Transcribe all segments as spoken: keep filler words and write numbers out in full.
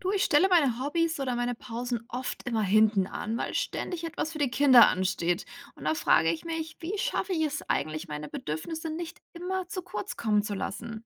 Du, ich stelle meine Hobbys oder meine Pausen oft immer hinten an, weil ständig etwas für die Kinder ansteht. Und da frage ich mich, wie schaffe ich es eigentlich, meine Bedürfnisse nicht immer zu kurz kommen zu lassen?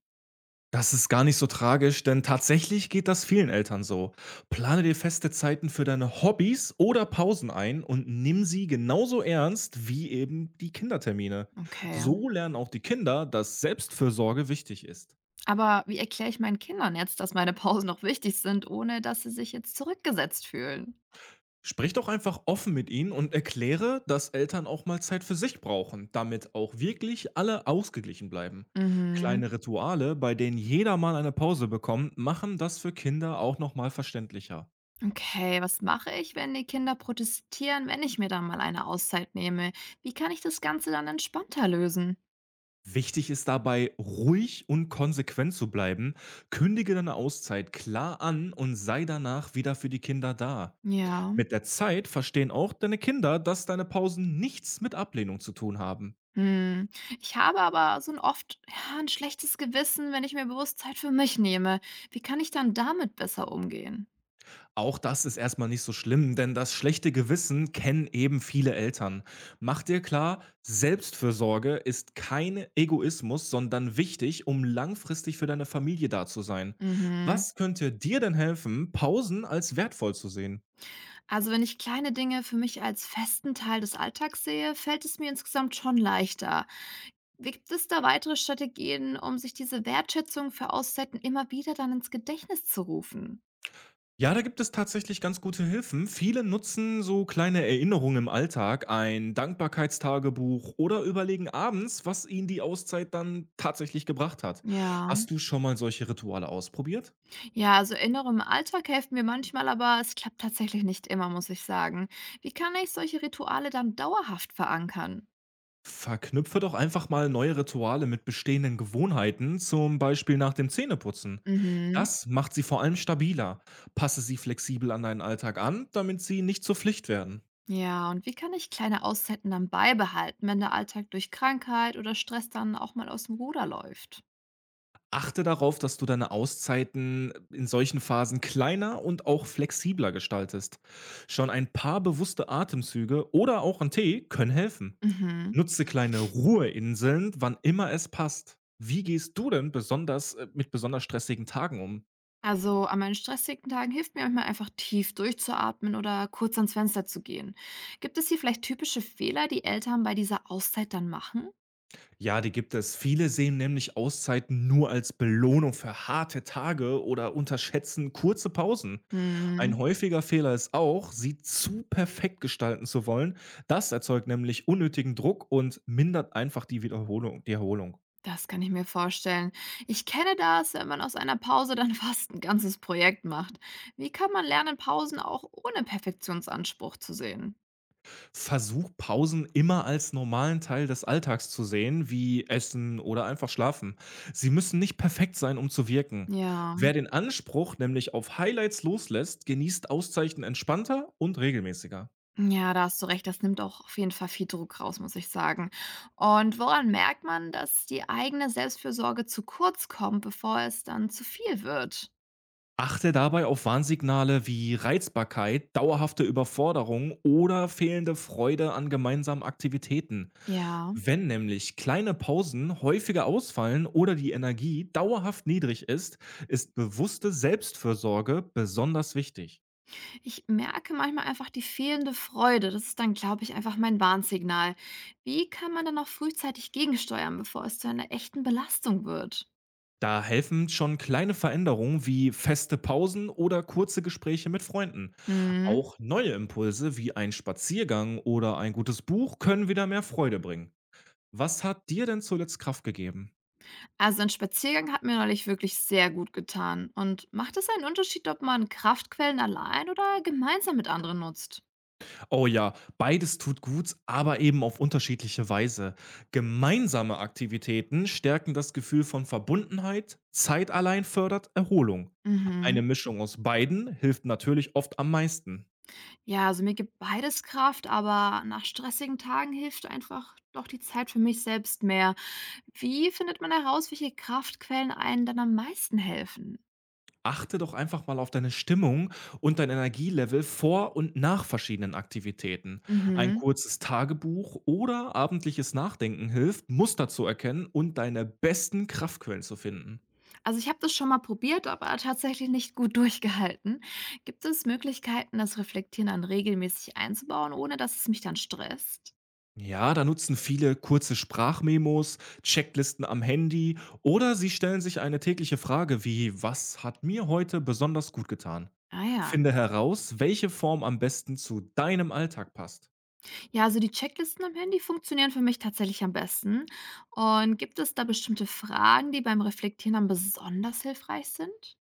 Das ist gar nicht so tragisch, denn tatsächlich geht das vielen Eltern so. Plane dir feste Zeiten für deine Hobbys oder Pausen ein und nimm sie genauso ernst wie eben die Kindertermine. Okay, So lernen auch die Kinder, dass Selbstfürsorge wichtig ist. aber wie erkläre ich meinen Kindern jetzt, dass meine Pausen noch wichtig sind, ohne dass sie sich jetzt zurückgesetzt fühlen? Sprich doch einfach offen mit ihnen und erkläre, dass Eltern auch mal Zeit für sich brauchen, damit auch wirklich alle ausgeglichen bleiben. Mhm. Kleine Rituale, bei denen jeder mal eine Pause bekommt, machen das für Kinder auch nochmal verständlicher. Okay, was mache ich, wenn die Kinder protestieren, wenn ich mir dann mal eine Auszeit nehme? Wie kann ich das Ganze dann entspannter lösen? Wichtig ist dabei, ruhig und konsequent zu bleiben. Kündige deine Auszeit klar an und sei danach wieder für die Kinder da. Ja. Mit der Zeit verstehen auch deine Kinder, dass deine Pausen nichts mit Ablehnung zu tun haben. Hm, ich habe aber so ein oft ja, 'n schlechtes Gewissen, wenn ich mir bewusst Zeit für mich nehme. Wie kann ich dann damit besser umgehen? Auch das ist erstmal nicht so schlimm, denn das schlechte Gewissen kennen eben viele Eltern. Mach dir klar, Selbstfürsorge ist kein Egoismus, sondern wichtig, um langfristig für deine Familie da zu sein. Mhm. Was könnte dir denn helfen, Pausen als wertvoll zu sehen? Also, wenn ich kleine Dinge für mich als festen Teil des Alltags sehe, fällt es mir insgesamt schon leichter. Gibt es da weitere Strategien, um sich diese Wertschätzung für Auszeiten immer wieder dann ins Gedächtnis zu rufen? Ja, da gibt es tatsächlich ganz gute Hilfen. Viele nutzen so kleine Erinnerungen im Alltag, ein Dankbarkeitstagebuch oder überlegen abends, was ihnen die Auszeit dann tatsächlich gebracht hat. Ja. Hast du schon mal solche Rituale ausprobiert? Ja, also Erinnerung im Alltag helfen mir manchmal, aber es klappt tatsächlich nicht immer, muss ich sagen. Wie kann ich solche Rituale dann dauerhaft verankern? Verknüpfe doch einfach mal neue Rituale mit bestehenden Gewohnheiten, zum Beispiel nach dem Zähneputzen. Mhm. Das macht sie vor allem stabiler. Passe sie flexibel an deinen Alltag an, damit sie nicht zur Pflicht werden. Ja, und wie kann ich kleine Auszeiten dann beibehalten, wenn der Alltag durch Krankheit oder Stress dann auch mal aus dem Ruder läuft? Achte darauf, dass du deine Auszeiten in solchen Phasen kleiner und auch flexibler gestaltest. Schon ein paar bewusste Atemzüge oder auch ein Tee können helfen. Mhm. Nutze kleine Ruheinseln, wann immer es passt. Wie gehst du denn besonders äh, mit besonders stressigen Tagen um? Also an meinen stressigen Tagen hilft mir manchmal einfach tief durchzuatmen oder kurz ans Fenster zu gehen. Gibt es hier vielleicht typische Fehler, die Eltern bei dieser Auszeit dann machen? Ja, die gibt es. Viele sehen nämlich Auszeiten nur als Belohnung für harte Tage oder unterschätzen kurze Pausen. Ein Hm, häufiger Fehler ist auch, sie zu perfekt gestalten zu wollen. Das erzeugt nämlich unnötigen Druck und mindert einfach die Wiederholung, die Erholung. das kann ich mir vorstellen. Ich kenne das, wenn man aus einer Pause dann fast ein ganzes Projekt macht. Wie kann man lernen, Pausen auch ohne Perfektionsanspruch zu sehen? Versuch Pausen immer als normalen Teil des Alltags zu sehen, wie Essen oder einfach Schlafen. Sie müssen nicht perfekt sein, um zu wirken. Ja. Wer den Anspruch nämlich auf Highlights loslässt, genießt Auszeiten entspannter und regelmäßiger. Ja, da hast du recht, das nimmt auch auf jeden Fall viel Druck raus, muss ich sagen. Und woran merkt man, dass die eigene Selbstfürsorge zu kurz kommt, bevor es dann zu viel wird? Achte dabei auf Warnsignale wie Reizbarkeit, dauerhafte Überforderung oder fehlende Freude an gemeinsamen Aktivitäten. Ja, Wenn nämlich kleine Pausen häufiger ausfallen oder die Energie dauerhaft niedrig ist, ist bewusste Selbstfürsorge besonders wichtig. ich merke manchmal einfach die fehlende Freude. Das ist dann, glaube ich, einfach mein Warnsignal. Wie kann man dann auch frühzeitig gegensteuern, bevor es zu einer echten Belastung wird? Da helfen schon kleine Veränderungen wie feste Pausen oder kurze Gespräche mit Freunden. Hm. Auch neue Impulse wie ein Spaziergang oder ein gutes Buch können wieder mehr Freude bringen. Was hat dir denn zuletzt Kraft gegeben? Also ein Spaziergang hat mir neulich wirklich sehr gut getan. Und macht es einen Unterschied, ob man Kraftquellen allein oder gemeinsam mit anderen nutzt? Oh ja, beides tut gut, aber eben auf unterschiedliche Weise. Gemeinsame Aktivitäten stärken das Gefühl von Verbundenheit, Zeit allein fördert Erholung. Mhm. Eine Mischung aus beiden hilft natürlich oft am meisten. Ja, also mir gibt beides Kraft, aber nach stressigen Tagen hilft einfach doch die Zeit für mich selbst mehr. Wie findet man heraus, welche Kraftquellen einen dann am meisten helfen? Achte doch einfach mal auf deine Stimmung und dein Energielevel vor und nach verschiedenen Aktivitäten. Ein Mhm. kurzes Tagebuch oder abendliches Nachdenken hilft, Muster zu erkennen und deine besten Kraftquellen zu finden. Also ich habe das schon mal probiert, aber tatsächlich nicht gut durchgehalten. Gibt es Möglichkeiten, das Reflektieren dann regelmäßig einzubauen, ohne dass es mich dann stresst? Ja, da nutzen viele kurze Sprachmemos, Checklisten am Handy oder sie stellen sich eine tägliche Frage wie, was hat mir heute besonders gut getan? Ah ja. Finde heraus, welche Form am besten zu deinem Alltag passt. Ja, also die Checklisten am Handy funktionieren für mich tatsächlich am besten. Und gibt es da bestimmte Fragen, die beim Reflektieren dann besonders hilfreich sind?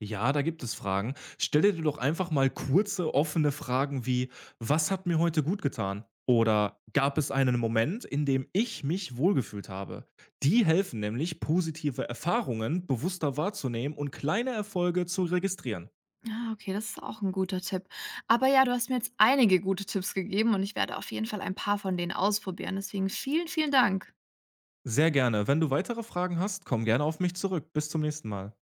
Ja, da gibt es Fragen. Stell dir doch einfach mal kurze, offene Fragen wie, was hat mir heute gut getan? Oder gab es einen Moment, in dem ich mich wohlgefühlt habe? Die helfen nämlich, positive Erfahrungen bewusster wahrzunehmen und kleine Erfolge zu registrieren. Ah, okay, das ist auch ein guter Tipp. Aber ja, du hast mir jetzt einige gute Tipps gegeben und ich werde auf jeden Fall ein paar von denen ausprobieren. Deswegen vielen, vielen Dank. Sehr gerne. Wenn du weitere Fragen hast, komm gerne auf mich zurück. Bis zum nächsten Mal.